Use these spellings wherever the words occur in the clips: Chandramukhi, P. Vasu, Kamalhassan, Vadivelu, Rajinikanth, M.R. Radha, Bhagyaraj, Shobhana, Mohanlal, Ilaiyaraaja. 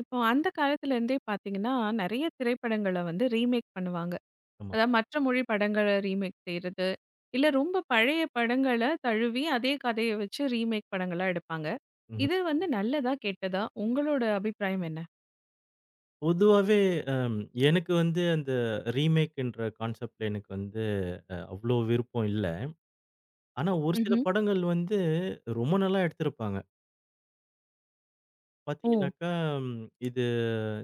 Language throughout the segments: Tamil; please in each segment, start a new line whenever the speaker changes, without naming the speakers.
இப்போ அந்த காலத்துலேருந்தே பார்த்தீங்கன்னா, நெறைய திரைப்படங்கள வந்து ரீமேக் பண்ணுவாங்க.
ஆமா.
அதாவது மற்ற மொழி படங்கள ரீமேக் செய்றது, இல்ல ரொம்ப பழைய படங்கள தழுவி அதே கதைய வச்சு ரீமேக் படங்களா எடுப்பாங்க.
ம்ஹ்ம்.
இது வந்து நல்லதா? கெட்டதா? உங்களோட அபிப்பிராயம் என்ன?
பொதுவாவே அம் எனக்கு வந்து அந்த ரீமேக்ன்ற கான்செப்ட்ல எனக்கு வந்து அவ்ளோ விருப்பம் இல்ல. ஆனா ஒரு சில
ம்ஹ்ம்.
படங்கள் வந்து ரொம்ப நல்லா எடுத்திருப்பாங்க.
ஓ!
பார்த்தீங்கன்னாக்கா, ம் இது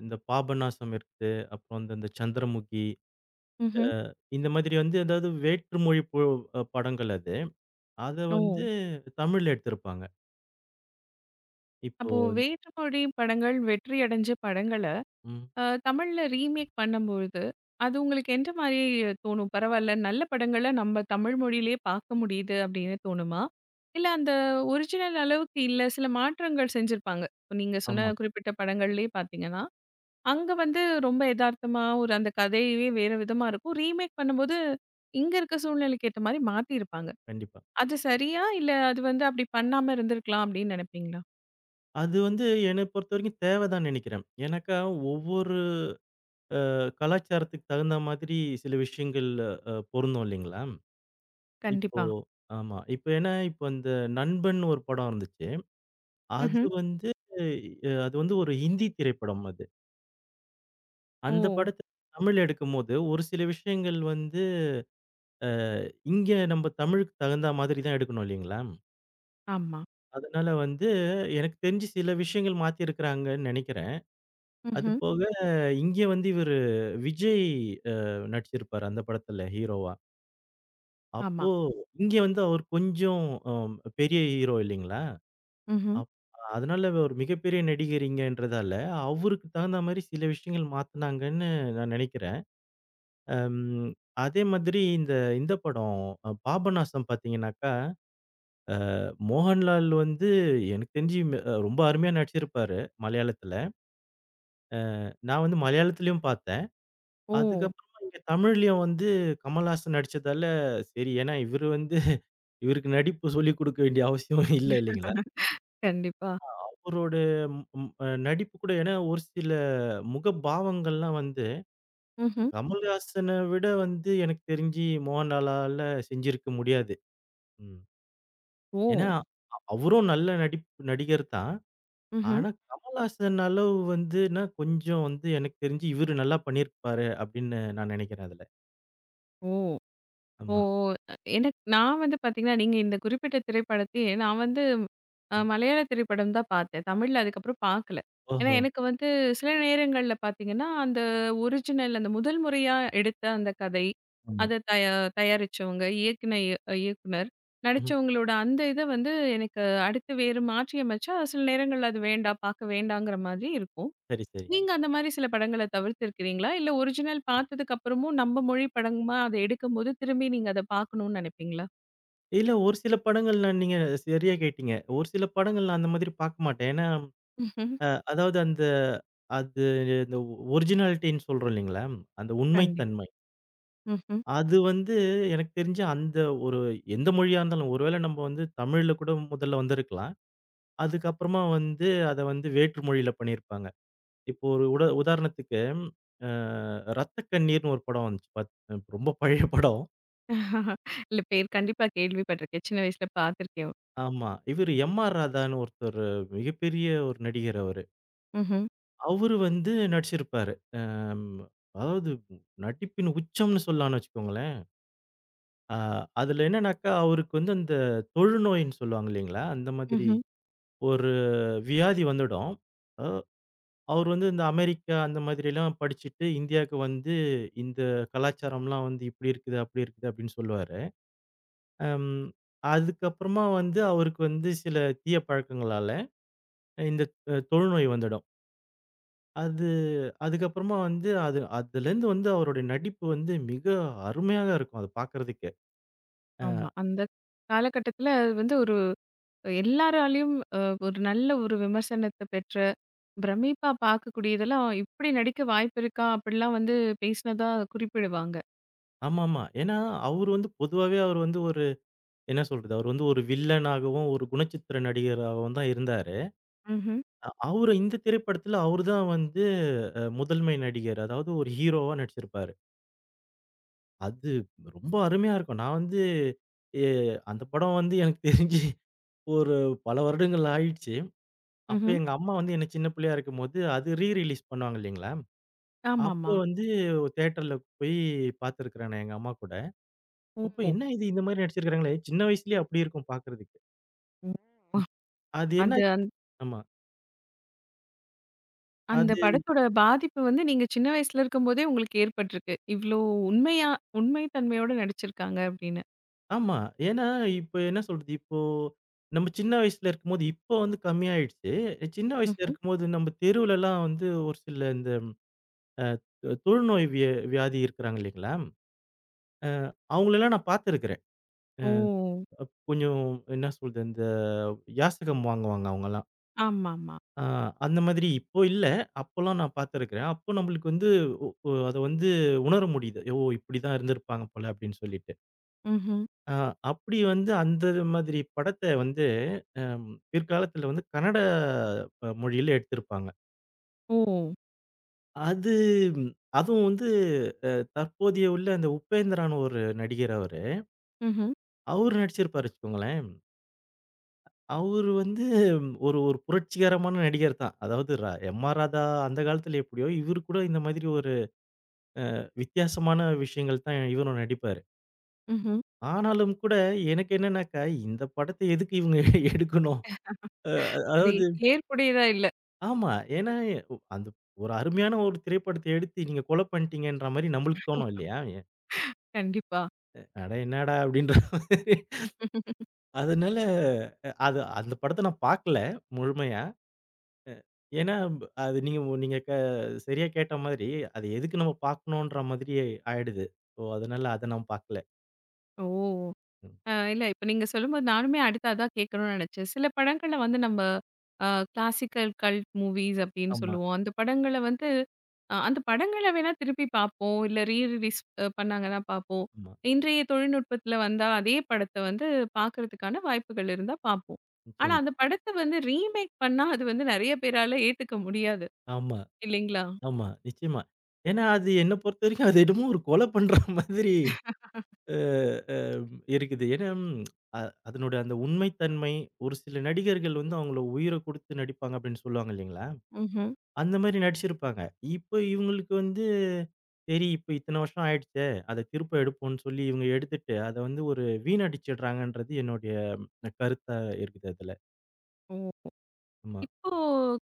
இந்த பாபநாசம் இருக்கு. அப்புறம் வந்து இந்த சந்திரமுகி.
ம்ஹ்ம்.
இந்த மாதிரி வந்து அதாவது வேற்று மொழி பொ அ படங்கள் அது. அத
ஓ!
வந்து தமிழ்ல எடுத்திருப்பாங்க. இப்போ
அப்போ வேற்று மொழி படங்கள் வெற்றி அடைஞ்ச படங்கள,
ம்.
தமிழ்ல ரீமேக் பண்ணும்பொழுது, அது உங்களுக்கு எந்த மாரி தோணும்? பரவால்ல, நல்ல படங்கள நம்ம தமிழ் மொழியிலேயே பார்க்க முடியுது அப்படின்னு தோணுமா? இல்ல அந்த ஒரிஜினல் அளவுக்கு இல்ல, சில மாற்றங்கள் செஞ்சிருப்பாங்க. இப்ப நீங்க சொன்ன
ஆமா.
குறிப்பிட்ட படங்கள்லயே பார்த்தீங்கன்னா, அங்க வந்து ரொம்ப எதார்த்தமா ஒரு அந்த கதையவே வேற விதமா இருக்கும். ரீமேக் பண்ணும்போது, இங்க இருக்க சூழ்நிலைக்கு ஏத்த மாரி மாத்தியிருப்பாங்க.
கண்டிப்பா.
அது சரியா? இல்ல அது வந்து அப்படி பண்ணாம இருந்திருக்கலாம் அப்படின்னு நினைப்பீங்களா?
அது வந்து என்ன பொறுத்தவரைக்கும் தேவ தான் நினைக்கிறேன். ஏன்னாக்கா ஒவ்வொரு கலாச்சாரத்துக்கு தகுந்த மாதிரி சில விஷயங்கள் பொருந்தும் இல்லைங்களா? இப்போ
கண்டிப்பா.
ஆமா. இப்ப ஏன்னா, இப்ப அந்த நண்பன் ஒரு படம் இருந்துச்சு. அது
ம்ஹ்ம்.
வந்து அ அது வந்து ஒரு ஹிந்தி திரைப்படம் அது.
ஓ!
அந்த படத்த தமிழ்ல எடுக்கும்போது, ஒரு சில விஷயங்கள் வந்து அ இங்க நம்ம தமிழுக்கு தகுந்தா மாதிரி தான் எடுக்கணும் இல்லைங்களா?
ஆமா.
அதனால வந்து எனக்கு தெரிஞ்சு சில விஷயங்கள் மாத்தியிருக்கிறாங்கன்னு நெனைக்கிறேன். அது
ம்ஹ்ம்.
போக இங்க வந்து இவரு விஜய் அ நடிச்சிருப்பாரு அந்த படத்துல ஹீரோவா.
ஆமா.
அப்போ இங்க வந்து அவர் கொஞ்சம் அம் பெரிய ஹீரோ இல்லைங்களா?
ம்ஹ்ம்.
அப் அதனால ஒரு மிகப்பெரிய நடிகரிங்கன்றதால, அவருக்கு தகுந்த மாரி சில விஷயங்கள் மாத்துனாங்கன்னு நான் நெனைக்கிறேன். அம் அதே மாதிரி இந்த இந்த படம் பாபநாசம் பாத்தீங்கன்னாக்கா, மோகன்லால் வந்து எனக்கு தெரிஞ்சு ம் அ ரொம்ப அருமையா நடிச்சிருப்பாரு மலையாளத்துல. நான் வந்து மலையாளத்துலயும் பார்த்தேன்.
ஓ!
அதுக்கப்புறமா இங்க தமிழ்லயும் வந்து கமல்ஹாசன் நடிச்சதால, சரி ஏன்னா இவரு வந்து இவருக்கு நடிப்பு சொல்லிக் குடுக்க வேண்டிய அவசியம் இல்ல இல்லைங்களா?
கண்டிப்பா.
அவரோட ம் ம் அ நடிப்பு கூட ஏன்னா ஒரு சில முகபாவங்கள்லாம் வந்து
ம்ஹ்ம்.
கமல்ஹாசன விட வந்து எனக்கு தெரிஞ்சு மோகன்லாலால செஞ்சிருக்க முடியாது. ம். ஏன்னா
ஓ!
அவரும் நல்ல நடிகர் தான்.
ம்ஹ்ம்.
ஆனா கமல்ஹாசன் அளவு வந்துனா கொஞ்சம் வந்து எனக்கு தெரிஞ்சு இவரு நல்லா பண்ணியிருப்பாரு அப்படின்னு நான் நினைக்கிறேன் அதுல.
ஓ! ஓ!
ஆமா.
எனக்கு நான் வந்து பார்த்தீங்கன்னா, நீங்க இந்த குறிப்பிட்ட திரைப்படத்தையே நான் வந்து
ம்.
மலையாள திரைப்படம் தான் பார்த்தேன். தமிழ்ல அதுக்கப்புறம் பார்க்கல. ஏன்னா
ஓஹோ!
எனக்கு வந்து சில நேரங்கள்ல பார்த்தீங்கன்னா, அந்த ஒரிஜினல் அந்த முதல் முறையா எடுத்த அந்த கதை,
ஆமா.
அத தயாரிச்சவங்க, இயக்குனர்,
ம்ஹ்ம்.
நடிச்சவங்களோட அந்த இத வந்து எனக்கு அடுத்து வேறு மாற்றி அமைச்சா, சில நேரங்கள்ல அது வேண்டாம், பார்க்க வேண்டாங்கிற மாதிரி இருக்கும்.
சரி, சரி.
நீங்க அந்த மாரி சில படங்கள தவிர்த்திருக்கிறீங்களா? இல்ல ஒரிஜினல் பார்த்ததுக்கு அப்புறமும் நம்ம மொழி படமா அத எடுக்கும்போது, திரும்பி நீங்க அத பார்க்கணும்னு நெனைப்பீங்களா?
இல்ல ஒரு சில படங்கள் நான் நீங்க சரியா கேட்டீங்க. ஒரு சில படங்கள் நான் அந்த மாதிரி பார்க்க மாட்டேன். ஏன்னா
ம்ஹ்ம்.
அதாவது அந்த அது இந்த ஒரிஜினாலிட்டின்னு சொல்றோம் இல்லைங்களா? அந்த
கண்டிப்பா.
உண்மைத்தன்மை.
ம்ஹ்ம்.
அது வந்து எனக்கு தெரிஞ்சு அந்த ஒரு எந்த மொழியா இருந்தாலும், ஒருவேளை நம்ம வந்து தமிழ்ல கூட முதல்ல வந்திருக்கலாம். அதுக்கப்புறமா வந்து அத வந்து வேற்று மொழியில பண்ணியிருப்பாங்க. இப்போ ஒரு உதாரணத்துக்கு அ ரத்த கண்ணீர்ன்னு ஒரு படம் வந்துச்சு. ரொம்ப பழைய படம்.
இல்ல பேர் கண்டிப்பா கேள்விப்பட்டிருக்கேன். சின்ன வயசுல பார்த்துருக்கேன்.
ஆமா. இவரு எம்.ஆர். ராதான்னு ஒருத்தரு மிகப்பெரிய ஒரு நடிகர் அவரு.
ம்ஹ்ம்.
அவரு வந்து நடிச்சிருப்பாரு. அம் அதாவது நடிப்பின் உச்சம்னு சொல்லலாம்னு வச்சுக்கோங்களேன். ஆ அதுல என்னன்னாக்கா, அவருக்கு வந்து அந்த தொழுநோயின்னு சொல்லுவாங்க இல்லைங்களா? அந்த மாதிரி
ம்ஹ்ம்.
ஒரு வியாதி வந்துடும். அ அவர் வந்து இந்த அமெரிக்கா அந்த மாதிரிலாம் படிச்சுட்டு இந்தியாவுக்கு வந்து இந்த கலாச்சாரம்லாம் வந்து இப்படி இருக்குது, அப்படி இருக்குது அப்படின்னு சொல்லுவாரு. அம் அதுக்கப்புறமா வந்து அவருக்கு வந்து சில தீய பழக்கங்களால இந்த தொழுநோய் வந்துடும். அது அதுக்கப்புறமா வந்து அது அதுலேருந்து வந்து அவருடைய நடிப்பு வந்து மிக அருமையாக இருக்கும். அது பார்க்கறதுக்கே. அ
ஆமா. அந்த காலகட்டத்தில அது வந்து ஒரு எல்லாராலயும் நல்ல ஒரு விமர்சனத்த பெற்ற, பிரமிப்பா பார்க்கக்கூடியதெல்லாம், "இப்படி நடிக்க வாய்ப்பு இருக்கா?" அப்படிலாம் வந்து பேசினதா குறிப்பிடுவாங்க.
ஆமாமா. ஏன்னா அவரு வந்து பொதுவாவே அவர் வந்து ஒரு என்ன சொல்றது? அவரு வந்து ஒரு வில்லனாகவும், ஒரு குணச்சித்திர நடிகராகவும் தான் இருந்தாரு.
ம்ஹ்ம்.
அவரு இந்த திரைப்படத்துல அவரு தான் வந்து முதன்மை நடிகர். அதாவது ஒரு ஹீரோவா நடிச்சிருப்பாரு. அது ரொம்ப அருமையா இருக்கும். நான் வந்து எ அந்த படம் வந்து எனக்கு தெரிஞ்சு ஒரு பல வருடங்கள் ஆயிடுச்சு. அப்ப
ம்ஹ்ம்.
எங்க அம்மா வந்து என்ன சின்ன பிள்ளையா இருக்கும்போது, அது ரீ ரிலீஸ் பண்ணுவாங்க இல்லீங்களா? அப்போ
ஆமாமா.
வந்து தியேட்டர்ல போய் பார்த்துருக்கிறேன் நான் எங்க அம்மா கூட.
ஓ!
அப்ப என்ன இது இந்த மாரி நடிச்சிருக்காங்களே! சின்ன வயசுலயே அப்படி இருக்கும் பார்க்கறதுக்கு.
ஓ!
அது
அது
என்னாச்சு ஆமா.
அந்த
அது
படத்தோட பாதிப்பு வந்து நீங்க சின்ன வயசுல இருக்கும்போதே உங்களுக்கு ஏற்பட்டிருக்கு. இவ்ளோ உண்மையா உண்மை தன்மையோட நடிச்சிருக்காங்க அப்படின்னு.
ஆமா. ஏன்னா, இப்ப என்ன சொல்றது? இப்போ நம்ம சின்ன வயசுல இருக்கும்போது, இப்போ வந்து கம்மியாயிடுச்சு. சின்ன வயசுல
ம்ஹ்ம்.
இருக்கும்போது நம்ம தெருவுலலாம் வந்து ஒரு சில இந்த அ தொழுநோய் வியாதி இருக்கிறாங்க இல்லைங்களா? அவங்களலாம் நான் பார்த்துருக்கிறேன். அ
ஓ!
கொஞ்சம் என்ன சொல்றது? இந்த யாசகம் வாங்குவாங்க அவங்கலாம்.
ஆமாமா.
அ அந்த மாதிரி இப்போ இல்ல. அப்போலாம் நான் பார்த்துருக்கிறேன். அப்போ நம்மளுக்கு வந்து அத வந்து உணர முடியுது. ஓ! இப்படிதான் இருந்திருப்பாங்க போல அப்படின்னு சொல்லிட்டு.
ம்ஹ்ம்.
ஆ அப்படி வந்து அந்த மாதிரி படத்த வந்து பிற்காலத்துல வந்து கன்னட மொழியில எடுத்திருப்பாங்க.
ஓ!
அது ம், அதுவும் வந்து அ தற்போதைய உள்ள அந்த உபேந்திரான்னு ஒரு நடிகர் அவரு.
ம்ஹ்ம்.
அவரு நடிச்சிருப்பாரு வச்சுக்கோங்களேன். அவரு வந்து ம், ஒரு ஒரு புரட்சிகரமான நடிகர் தான். அதாவது எம்.ஆர். ராதா அந்த காலத்துல எப்படியோ, இவரு கூட இந்த மாதிரி ஒரு வித்தியாசமான விஷயங்கள் தான் இவரும் நடிப்பாரு.
ம்ஹ்ம்.
ஆனாலும் கூட எனக்கு என்னன்னாக்கா, இந்த படத்த எதுக்கு இவங்க எடுக்கணும்? அ
அது
அதாவது
ஏற்புடையதா இல்ல.
ஆமா. ஏன்னா, அந்த ஒரு அருமையான ஒரு திரைப்படத்த எடுத்து நீங்க கொலை பண்ணிட்டீங்கன்ற மாரி நம்மளுக்கு தோணும் இல்லையா?
கண்டிப்பா.
அட என்னடா! அப்படின்ற மாரி. அதனால அது அந்த படத்த நான் பார்க்கல முழுமையா. ஏன்னா, அது நீங்க நீங்க சரியா கேட்ட மாதிரி, அது எதுக்கு நம்ம பார்க்கணுன்ற மாதிரி ஆயிடுது. ஸோ, அதனால அத நான் பார்க்கல.
ஓ!
ம்.
இல்ல இப்ப நீங்க சொல்லும்போது நானுமே அடுத்து அதான் கேட்கணும்னு நெனச்சேன். சில படங்கள்ல வந்து நம்ம அ கிளாசிக்கல் கல்ட் மூவிஸ் அப்படின்னு
ஆமா,
சொல்லுவோம். அந்த படங்கள வந்து அந்த படங்கள வேணா திருப்பி பார்ப்போம். இல்ல ரீ ரிலீஸ் பண்ணாங்கன்னா பார்ப்போம்.
ஆமா.
இன்றைய தொழில்நுட்பத்துல வந்தா அதே படத்த வந்து பார்க்கறதுக்கான வாய்ப்புகள் இருந்தா பார்ப்போம். ஆனா
நிச்சயமா.
அந்த படத்த வந்து ரீமேக் பண்ணா அது வந்து நெறைய பேரால ஏத்துக்க முடியாது.
ஆமா,
இல்லைங்களா?
ஆமா. நிச்சயமா. ஏன்னா, அது என்ன பொறுத்தவரைக்கும் அது என்னமோ ஒரு கொலை பண்ற மாதிரி அ அ இருக்குது. ஏன்னா, ம், அ அதனோட அந்த உண்மை தன்மை, ஒரு சில நடிகர்கள் வந்து அவங்கள உயிர குடுத்து நடிப்பாங்க அப்படின்னு சொல்லுவாங்க இல்லைங்களா?
ம்ஹ்ம்.
அந்த மாரி நடிச்சிருப்பாங்க. இப்ப இவங்களுக்கு வந்து, சரி இப்ப இத்தன வருஷம் ஆயிடுச்சே, அத திருப்ப எடுப்போம்ன்னு சொல்லி இவங்க எடுத்துட்டு, அத வந்து ஒரு வீணடிச்சிடுறாங்கன்றது என்னுடைய ம், கருத்தா இருக்குது அதுல.
ஓ!
ஆமா,
இப்போ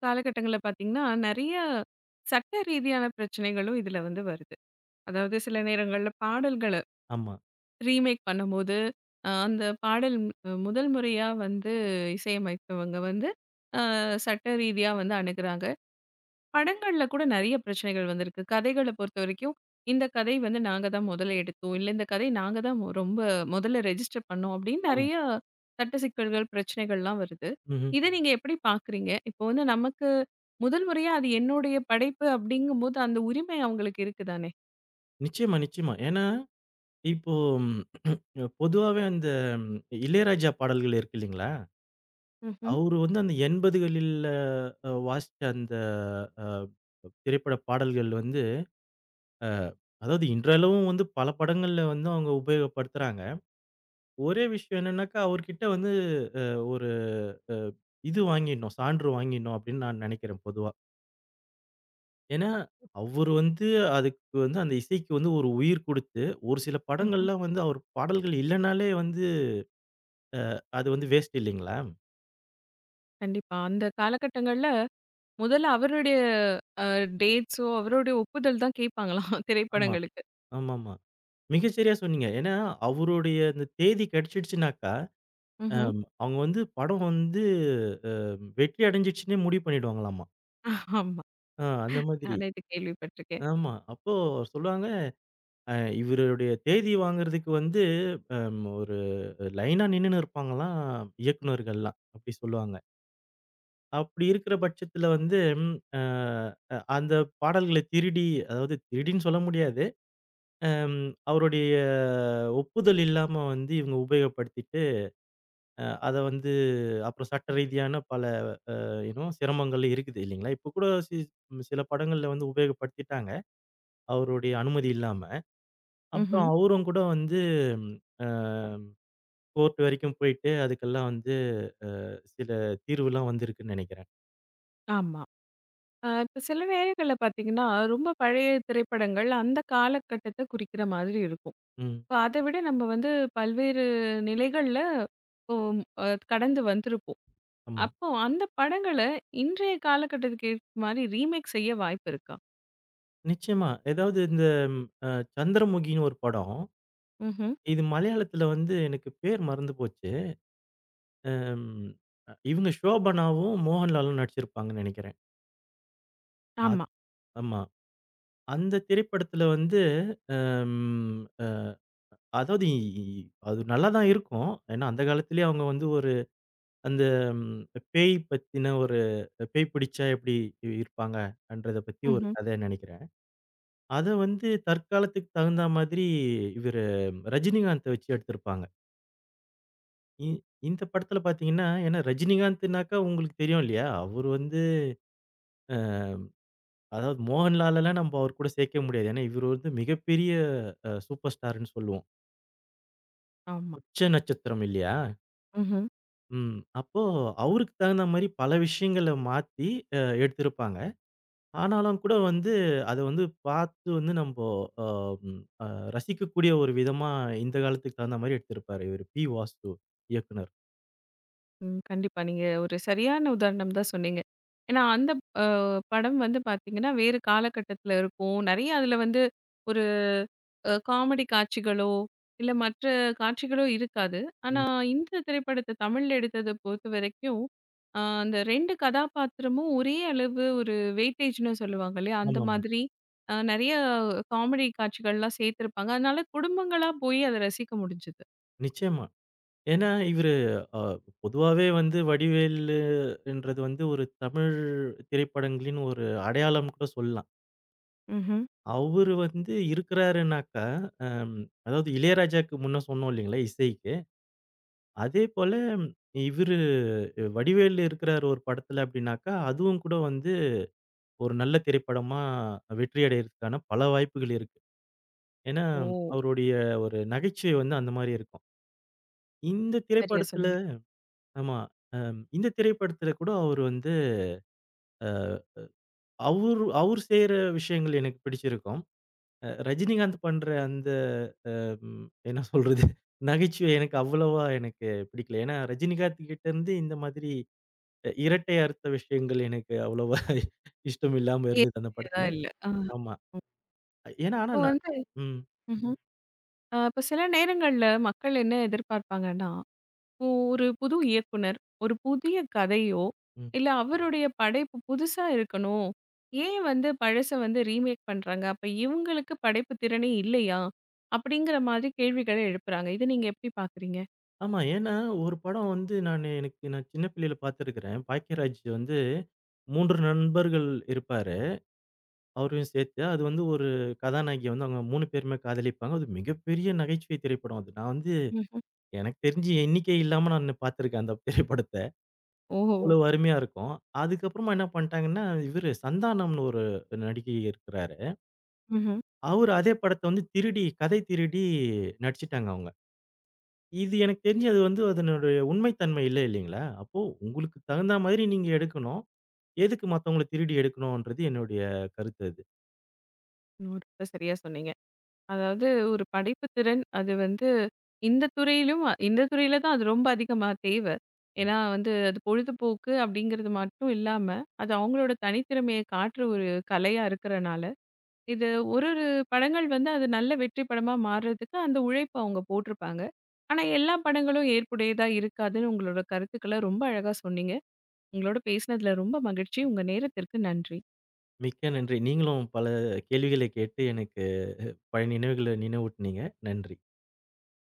காலகட்டங்கள்ல பார்த்தீங்கன்னா, நெறைய சட்ட ரீதியான பிரச்சனைகளும் இதுல வந்து வருது. அதாவது சில நேரங்கள்ல பாடல்கள
ஆமா,
ரீமேக் பண்ணும்போது, அந்த பாடல் முதல் முறையா வந்து இசையமைத்தவங்க வந்து, அ சட்ட ரீதியா வந்து அணுகுறாங்க. படங்கள்ல கூட நெறைய பிரச்சனைகள் வந்திருக்கு. கதைகள பொறுத்தவரைக்கும், இந்த கதை வந்து நாங்க தான் முதல்ல எடுத்தோம். இல்ல இந்த கதை நாங்க தான் ரொம்ப முதல்ல ரெஜிஸ்டர் பண்ணோம். அப்படின்னு
ஆமா.
நெறைய சட்ட சிக்கல்கள், பிரச்சனைகள்லாம் வருது.
ம்ஹ்ம்.
இத நீங்க எப்படி பார்க்குறீங்க? இப்போ வந்து நமக்கு முதல் முறையா அது என்னுடைய படைப்பு அப்படிங்கும்போது, அந்த உரிமை அவங்களுக்கு இருக்கு தானே?
நிச்சயமா, நிச்சயமா. ஏன்னா, இப்போ ம், பொதுவாவே அந்த ம், இளையராஜா பாடல்கள் இருக்கு இல்லைங்களா?
ம்ஹ்ம்.
அவரு வந்து அந்த 80களில்ல வாசிச்ச அந்த அ திரைப்பட பாடல்கள் வந்து அ அதாவது இன்றளவும் வந்து பல படங்கள்ல வந்து அவங்க உபயோகப்படுத்துறாங்க. ஒரே விஷயம் என்னன்னாக்கா, அவர்கிட்ட வந்து ஒரு அ இது வாங்கிடணும், சான்று வாங்கிடணும் அப்படின்னு நான் நெனைக்கிறேன் பொதுவா. ஏன்னா, அவரு வந்து அதுக்கு வந்து அந்த இசைக்கு வந்து ஒரு உயிர் குடுத்து, ஒரு சில படங்கள்லாம் வந்து அவர் பாடல்கள் இல்லனாலே வந்து அது வந்து வேஸ்ட் இல்லைங்களா?
கண்டிப்பா. அந்த காலகட்டங்கள்ல முதல்ல அவருடைய அ டேட்ஸோ, அவருடைய ஒப்புதல் தான் கேட்பாங்களாம்
ஆமா,
திரைப்படங்களுக்கு.
ஆமாமா. மிகச் சரியா சொன்னீங்க. ஏன்னா, அவருடைய அந்த தேதி கிடைச்சிடுச்சுனாக்கா
ம்ஹ்ம்.
ஆமா. அவங்க வந்து படம் வந்து அ வெற்றி அடைஞ்சிடுச்சுன்னே முடிவு பண்ணிடுவாங்களாமா.
ஆமா.
அந்த மாதிரி.
நானே இது கேள்விப்பட்டுருக்கேன்.
ஆமா. அப்போ சொல்லுவாங்க, அ இவருடைய தேதி வாங்குறதுக்கு வந்து ஒரு லைனா நின்னுன்னு இருப்பாங்களாம், இயக்குனர்கள்லாம். அப்படி சொல்லுவாங்க. அப்படி இருக்கிற பட்சத்தில வந்து ம் அ அந்த பாடல்கள திருடி அதாவது திருடின்னு சொல்ல முடியாது. அம் அவருடைய ஒப்புதல் இல்லாம வந்து இவங்க உபயோகப்படுத்திட்டு, அத வந்து அப்புறம் சட்ட ரீதியான பல இன்னும் சிரமங்கள் இருக்குது இல்லைங்களா? இப்ப கூட ம், சில படங்கள்ல வந்து உபயோகப்படுத்திட்டாங்க. அவருடைய அனுமதி இல்லாம.
ம்ஹ்ம்.
அப்புறம் அவரும் கூட வந்து அ கோர்ட் வரைக்கும் போயிட்டு அதுக்கெல்லாம் வந்து சில தீர்வுலாம் வந்திருக்குன்னு நெனைக்கிறேன்.
ஆமா. இப்ப சில நேரங்கள்ல பார்த்தீங்கன்னா, ரொம்ப பழைய திரைப்படங்கள் அந்த காலகட்டத்த குறிக்கிற மாதிரி இருக்கும்.
ம்.
இப்ப அத விட நம்ம வந்து பல்வேறு நிலைகள்ல இப்போ கடந்து வந்திருப்போம்.
ஆமா.
அப்போ அந்த படங்கள இன்றைய காலகட்டத்துக்கு ஏத்த மாரி ரீமேக் செய்ய வாய்ப்பு இருக்கா?
நிச்சயமா. ஏதாவது இந்த அ சந்திரமுகின்னு ஒரு படம்.
ம்ஹ்ம்.
இது மலையாளத்துல வந்து எனக்கு பேர் மறந்து போச்சு. அம் இவங்க ஷோபனாவும், மோகன்லாலும் நடிச்சிருப்பாங்கன்னு நெனைக்கிறேன். அத்
ஆமா.
ஆமா. அந்த திரைப்படத்துல வந்து ம் அ அதாவது இ இ அது நல்லா தான் இருக்கும். ஏன்னா, அந்த காலத்திலேயே அவங்க வந்து ஒரு அந்த ம் பேய் பத்தின ஒரு பேய் பிடிச்சா எப்படி இருப்பாங்கன்றத பத்தி ஒரு
ம்ஹ்ம்.
கதை நெனைக்கிறேன். அத வந்து தற்காலத்துக்கு தகுந்தா மாதிரி இவரு ரஜினிகாந்த வச்சு எடுத்திருப்பாங்க. இ இந்த படத்துல பார்த்தீங்கன்னா, ஏன்னா ரஜினிகாந்த்னாக்கா உங்களுக்கு தெரியும் இல்லையா? அவரு வந்து அதாவது மோகன்லாலலாம் நம்ப அவர் கூட சேர்க்கவே முடியாது. ஏன்னா, இவரு வந்து மிகப்பெரிய சூப்பர் ஸ்டார்ன்னு சொல்லுவோம்.
ஆமா.
உச்ச நட்சத்திரம் இல்லையா?
ம்ஹ்ம்.
ம். அப்போ அவருக்கு தகுந்த மாரி பல விஷயங்கள மாத்தி எடுத்திருப்பாங்க. ஆனாலும் கூட வந்து அத வந்து பார்த்து வந்து நம்போ அ ம் அ ரசிக்கக்கூடிய ஒரு விதமா இந்த காலத்துக்கு தகுந்த மாரி எடுத்திருப்பாரு இவரு. பி. வாசு இயக்குனர்.
ம். கண்டிப்பா. நீங்க ஒரு சரியான உதாரணம் தான் சொன்னீங்க. ஏன்னா அந்த அ படம் வந்து பார்த்தீங்கன்னா, வேறு காலகட்டத்தில இருக்கும். நெறைய அதில வந்து ஒரு காமெடி காட்சிகளோ, இல்ல மற்ற காட்சிகளோ இருக்காது. ஆனா,
ம்.
இந்த திரைப்படத்த தமிழ்ல எடுத்தத பொறுத்தவரைக்கும், அந்த 2 கதாபாத்திரமும் ஒரே அளவு ஒரு வெயிட்டேஜ்ன்னு சொல்லுவாங்க இல்லையா? அந்த
ஆமாமா.
மாதிரி நெறைய காமெடி காட்சிகள்லாம் சேர்த்திருப்பாங்க. அதனால குடும்பங்களா போய் அத ரசிக்க முடிஞ்சது.
நிச்சயமா. ஏன்னா இவரு அ பொதுவாவே வந்து வடிவேலுன்றது வந்து ஒரு தமிழ் திரைப்படங்களின் ஒரு அடையாளம்னு கூட சொல்லலாம்.
ம்ஹ்ம்.
அவரு வந்து இருக்கிறாருன்னாக்கா, அம் அதாவது இளையராஜாக்கு முன்ன சொன்னோம் இல்லீங்களா இசை. அதேபோல இவரு வடிவேலு இருக்கிறாரு ஒரு படத்துல அப்படின்னாக்கா, அதுவும் கூட வந்து ஒரு நல்ல திரைப்படமா வெற்றி அடையறதுக்கான பல வாய்ப்புகள் இருக்கு. ஏன்னா,
ஓ!
அவருடைய ஒரு நகைச்சுவை வந்து அந்த மாரி இருக்கும். இந்த
சரியா
திரைப்படத்துல
சொன்னீங்க.
ஆமா. இந்த திரைப்படத்துல கூட அவரு வந்து அ அவரு அவரு செய்ற விஷயங்கள் எனக்கு பிடிச்சிருக்கும். ரஜினிகாந்த் பண்ற அந்த என்ன சொல்றது? நகைச்சுவை எனக்கு அவ்வளவா எனக்கு பிடிக்கல. ஏன்னா, ரஜினிகாந்த் கிட்ட இருந்து இந்த மாதிரி இரட்டை அர்த்த விஷயங்கள் எனக்கு அவ்வளவா இஷ்டம் இல்லாம இருந்தது அந்த
நேர்மையா
படத்துல.
இல்ல. ஆ.
ஆமா.
ம்.
ஏன்னா ஆனா
இப்போ
நான்
வந்து
ம்,
ம்ஹ்ம். இப்ப சில நேரங்கள்ல மக்கள் என்ன எதிர்பார்ப்பாங்கன்னா, இப்போ ஒரு புது இயக்குனர், ஒரு புதிய கதையோ,
ம்.
இல்ல அவருடைய படைப்பு புதுசா இருக்கணும். ஏன் வந்து பழச வந்து ரீமேக் பண்றாங்க? அப்ப இவங்களுக்கு படைப்பு திறனே இல்லையா? அப்படிங்கிற மாதிரி கேள்விகள எழுப்புறாங்க. இத நீங்க எப்படி பார்க்குறீங்க?
ஆமா. ஏன்னா ஒரு படம் வந்து எனக்கு நான் சின்ன பிள்ளையில பார்த்துருக்கிறேன். பாக்கியராஜ் வந்து 3 நண்பர்கள் இருப்பாரு. அவரையும் சேர்த்து. அது வந்து ஒரு கதாநாயகிய வந்து அவங்க 3 பேருமே காதலிப்பாங்க. அது மிகப்பெரிய நகைச்சுவை திரைப்படம் அது. நான் வந்து
ம்ஹ்ம்.
எனக்கு தெரிஞ்சு எண்ணிக்கை இல்லாம நான் பார்த்துருக்கேன் அந்த திரைப்படத்த.
ஓஹோ!
அவ்வளவு அருமையா இருக்கும். அதுக்கப்புறமா என்ன பண்ணிட்டாங்கன்னா, இவரு சந்தானம்னு ஒரு நடிகை இருக்கிறாரு.
ம்ஹ்ம்.
அவரு அதே படத்த வந்து திருடி, கதை திருடி நடிச்சுட்டாங்க அவங்க. இது எனக்கு தெரிஞ்சு அது வந்து அதனுடைய உண்மை தன்மை இல்ல இல்லீங்களா? அப்போ உங்களுக்கு தகுந்தா மாதிரி நீங்க எடுக்கணும். எதுக்கு மத்தவங்கள திருடி எடுக்கணும்ன்றது என்னுடைய கருத்து அது.
100% சரியா சொன்னீங்க. அதாவது ஒரு படைப்பு திறன் அது வந்து இந்த துறையிலும் இந்த துறையில தான் அது ரொம்ப அதிகமா தேவை.
ஆமா.
ஏன்னா வந்து அது பொழுதுபோக்கு அப்படிங்கிறது மட்டும் இல்லாம, அது அவங்களோட தனித்திறமையை காட்டுற ஒரு கலையா இருக்கிறனால, இது ஒரு ஒரு படங்கள் வந்து அது நல்ல வெற்றி படமா மாறுறதுக்கு அந்த உழைப்ப அவங்க போட்டிருப்பாங்க. ஆனா எல்லா படங்களும் ஏற்புடையதா இருக்காதுன்னு உங்களோட கருத்துக்கள ரொம்ப அழகா சொன்னீங்க. உங்களோட பேசினதுல ரொம்ப மகிழ்ச்சி. உங்க நேரத்திற்கு நன்றி.
மிக்க நன்றி. நீங்களும் பல கேள்விகள கேட்டு எனக்கு பழைய நினைவுகள நினைவூட்டுனீங்க. நன்றி.